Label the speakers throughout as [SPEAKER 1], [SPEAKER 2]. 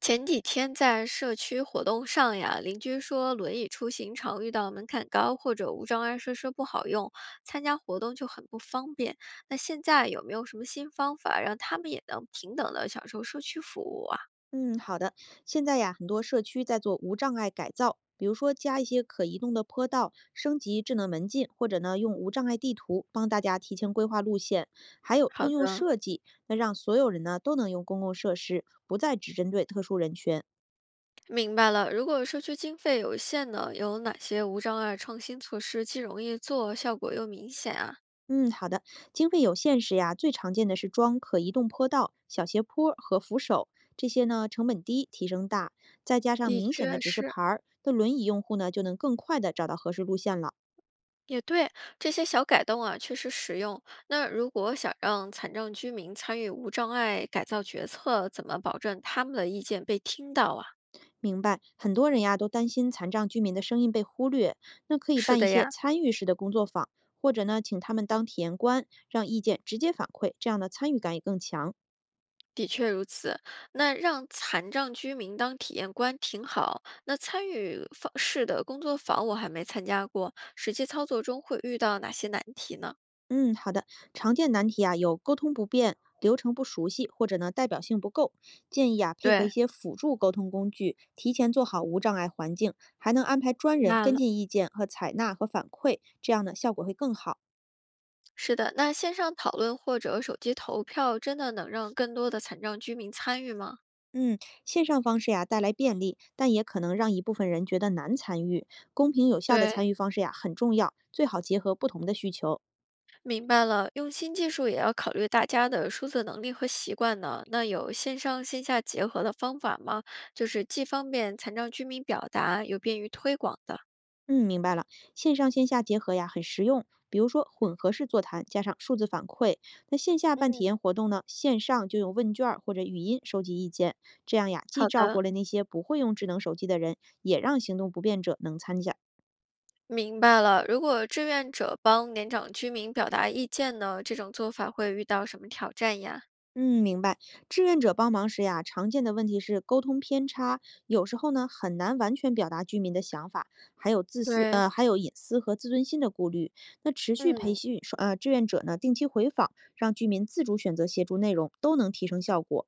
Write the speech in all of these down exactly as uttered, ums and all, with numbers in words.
[SPEAKER 1] 前几天在社区活动上呀，邻居说轮椅出行常遇到门槛高或者无障碍设施不好用，参加活动就很不方便。那现在有没有什么新方法让他们也能平等的享受社区服务啊？
[SPEAKER 2] 嗯，好的。现在呀，很多社区在做无障碍改造，比如说加一些可移动的坡道，升级智能门禁，或者呢用无障碍地图帮大家提前规划路线，还有
[SPEAKER 1] 好
[SPEAKER 2] 通用
[SPEAKER 1] 的，
[SPEAKER 2] 设计，那让所有人呢都能用公共设施，不再只针对特殊人群。
[SPEAKER 1] 明白了。如果社区经费有限呢，有哪些无障碍创新措施既容易做，效果又明显啊？
[SPEAKER 2] 嗯，好的。经费有限时呀，最常见的是装可移动坡道、小斜坡和扶手，这些呢成本低，提升大，再加上
[SPEAKER 1] 的
[SPEAKER 2] 明显的
[SPEAKER 1] 确
[SPEAKER 2] 指示
[SPEAKER 1] 是，
[SPEAKER 2] 牌儿，那轮椅用户呢就能更快的找到合适路线了。
[SPEAKER 1] 也对，这些小改动啊，确实实用。那如果想让残障居民参与无障碍改造决策，怎么保证他们的意见被听到啊？
[SPEAKER 2] 明白，很多人呀都担心残障居民的声音被忽略，那可以
[SPEAKER 1] 是
[SPEAKER 2] 办一
[SPEAKER 1] 的
[SPEAKER 2] 些
[SPEAKER 1] 呀，
[SPEAKER 2] 参与式的工作坊，或者呢，请他们当体验官，让意见直接反馈，这样的参与感也更强。
[SPEAKER 1] 的确如此。那让残障居民当体验官挺好。那参与方式的工作坊我还没参加过，实际操作中会遇到哪些难题呢？
[SPEAKER 2] 嗯，好的。常见难题啊有沟通不便、流程不熟悉，或者呢代表性不够，建议啊配合一
[SPEAKER 1] 对，
[SPEAKER 2] 些辅助沟通工具，提前做好无障碍环境，还能安排专
[SPEAKER 1] 明
[SPEAKER 2] 人
[SPEAKER 1] 白
[SPEAKER 2] 跟
[SPEAKER 1] 了。
[SPEAKER 2] 进意见和采纳和反馈，这样呢效果会更好。
[SPEAKER 1] 是的，那线上讨论或者手机投票真的能让更多的残障居民参与吗？
[SPEAKER 2] 嗯，线上方式呀带来便利，但也可能让一部分人觉得难参与。公平有效的
[SPEAKER 1] 对，
[SPEAKER 2] 参与方式呀很重要，最好结合不同的需求。
[SPEAKER 1] 明白了，用新技术也要考虑大家的数字能力和习惯呢。那有线上线下结合的方法吗？就是既方便残障居民表达，又便于推广的。
[SPEAKER 2] 嗯，明白了，线上线下结合呀很实用。比如说混合式座谈加上数字反馈，那线下办体
[SPEAKER 1] 嗯，
[SPEAKER 2] 验活动呢，线上就用问卷儿或者语音收集意见，这样呀既
[SPEAKER 1] 好
[SPEAKER 2] 照顾
[SPEAKER 1] 的，
[SPEAKER 2] 了那些不会用智能手机的人，也让行动不便者能参加。
[SPEAKER 1] 明白了。如果志愿者帮年长居民表达意见呢，这种做法会遇到什么挑战呀？
[SPEAKER 2] 嗯，明白。志愿者帮忙时呀，常见的问题是沟通偏差，有时候呢很难完全表达居民的想法，还有自私，
[SPEAKER 1] 对，
[SPEAKER 2] 呃，还有隐私和自尊心的顾虑。那持续培
[SPEAKER 1] 嗯，
[SPEAKER 2] 训，呃，志愿者呢定期回访，让居民自主选择协助内容，都能提升效果。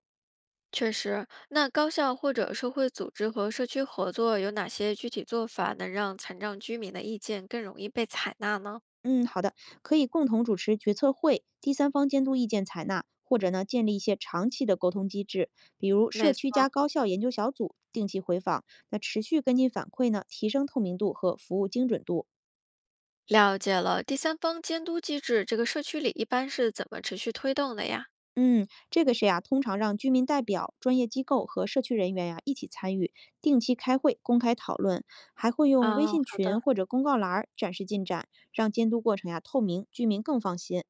[SPEAKER 1] 确实。那高校或者社会组织和社区合作有哪些具体做法能让残障居民的意见更容易被采纳呢？
[SPEAKER 2] 嗯，好的，可以共同主持决策会，第三方监督意见采纳，或者呢建立一些长期的沟通机制，比如社
[SPEAKER 1] 没
[SPEAKER 2] 区加
[SPEAKER 1] 错。
[SPEAKER 2] 高校研究小组定期回访，那持续跟进反馈呢，提升透明度和服务精准度。
[SPEAKER 1] 了解了，第三方监督机制，这个社区里一般是怎么持续推动的呀？
[SPEAKER 2] 嗯，这个是呀，通常让居民代表、专业机构和社区人员呀一起参与，定期开会、公开讨论，还会用微
[SPEAKER 1] 哦，
[SPEAKER 2] 信
[SPEAKER 1] 好
[SPEAKER 2] 群
[SPEAKER 1] 的，
[SPEAKER 2] 或者公告栏儿展示进展，让监督过程呀透明，居民更放心。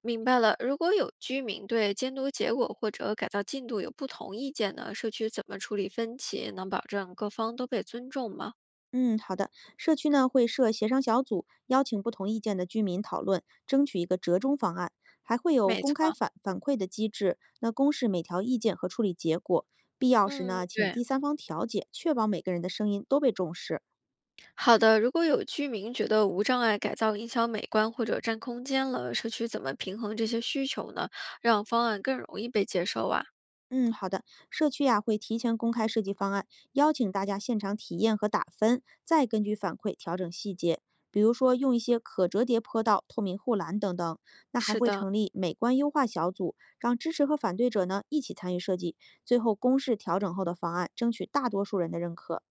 [SPEAKER 1] 明白了。如果有居民对监督结果或者改造进度有不同意见呢，社区怎么处理分歧，能保证各方都被尊重吗？
[SPEAKER 2] 嗯，好的，社区呢会设协商小组，邀请不同意见的居民讨论，争取一个折中方案，还会有
[SPEAKER 1] 没
[SPEAKER 2] 公开
[SPEAKER 1] 错。
[SPEAKER 2] 反反馈的机制，那公示每条意见和处理结果，必要时
[SPEAKER 1] 嗯，
[SPEAKER 2] 呢请
[SPEAKER 1] 对，
[SPEAKER 2] 第三方调解，确保每个人的声音都被重视。
[SPEAKER 1] 好的。如果有居民觉得无障碍改造影响美观或者占空间了，社区怎么平衡这些需求呢？让方案更容易被接受啊？
[SPEAKER 2] 嗯，好的。社区呀、会提前公开设计方案，邀请大家现场体验和打分，再根据反馈调整细节。比如说用一些可折叠坡道、透明护栏等等。那还
[SPEAKER 1] 是
[SPEAKER 2] 会
[SPEAKER 1] 的。
[SPEAKER 2] 成立美观优化小组，让支持和反对者呢一起参与设计，最后公示调整后的方案，争取大多数人的认可。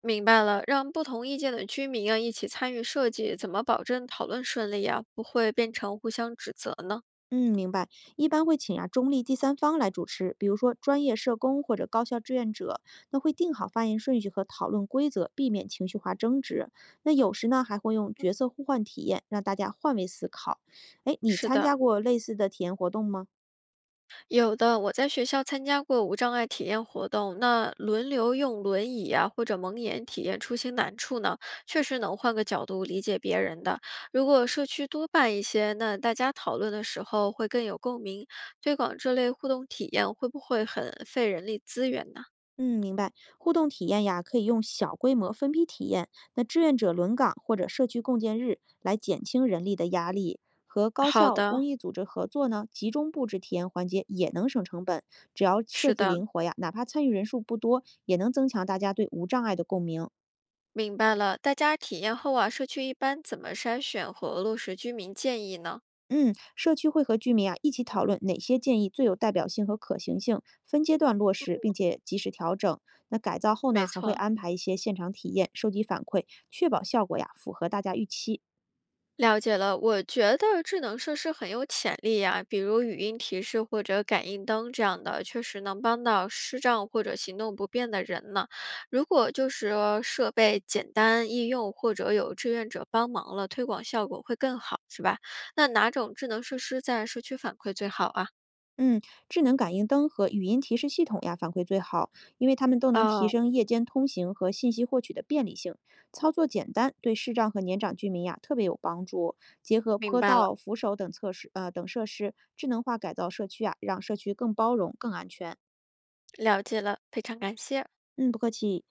[SPEAKER 1] 明白了，让不同意见的居民啊一起参与设计，怎么保证讨论顺利啊？不会变成互相指责呢？
[SPEAKER 2] 嗯，明白。一般会请啊中立第三方来主持，比如说专业社工或者高校志愿者，那会定好发言顺序和讨论规则，避免情绪化争执。那有时呢还会用角色互换体验，让大家换位思考。哎，你
[SPEAKER 1] 是
[SPEAKER 2] 参
[SPEAKER 1] 的，
[SPEAKER 2] 加过类似的体验活动吗？
[SPEAKER 1] 有的。我在学校参加过无障碍体验活动，那轮流用轮椅啊或者蒙眼体验出行难处呢，确实能换个角度理解别人的。如果社区多办一些，那大家讨论的时候会更有共鸣。推广这类互动体验会不会很费人力资源呢？
[SPEAKER 2] 嗯，明白。互动体验呀，可以用小规模分批体验，那志愿者轮岗或者社区共建日来减轻人力的压力。和高
[SPEAKER 1] 好
[SPEAKER 2] 校、
[SPEAKER 1] 的，
[SPEAKER 2] 公益组织合作呢，集中布置体验环节也能省成本。只要设
[SPEAKER 1] 是
[SPEAKER 2] 计
[SPEAKER 1] 的。
[SPEAKER 2] 灵活呀，哪怕参与人数不多，也能增强大家对无障碍的共鸣。
[SPEAKER 1] 明白了，大家体验后啊，社区一般怎么筛选和落实居民建议呢？
[SPEAKER 2] 嗯，社区会和居民啊一起讨论哪些建议最有代表性和可行性，分阶段落实，并且及时调整。那改造后
[SPEAKER 1] 没
[SPEAKER 2] 呢，还会
[SPEAKER 1] 错，
[SPEAKER 2] 安排一些现场体验，收集反馈，确保效果呀符合大家预期。
[SPEAKER 1] 了解了，我觉得智能设施很有潜力呀、比如语音提示或者感应灯这样的，确实能帮到视障或者行动不便的人呢。如果就是说设备简单易用，或者有志愿者帮忙了，推广效果会更好，是吧？那哪种智能设施在社区反馈最好啊？
[SPEAKER 2] 嗯，智能感应灯和语音提示系统呀反馈最好，因为它们都能提
[SPEAKER 1] 哦，
[SPEAKER 2] 升夜间通行和信息获取的便利性，操作简单，对视障和年长居民呀特别有帮助。结合
[SPEAKER 1] 明
[SPEAKER 2] 坡
[SPEAKER 1] 白了，
[SPEAKER 2] 道、扶手等测试呃等设施，智能化改造社区啊，让社区更包容、更安全。
[SPEAKER 1] 了解了，非常感谢。
[SPEAKER 2] 嗯，不客气。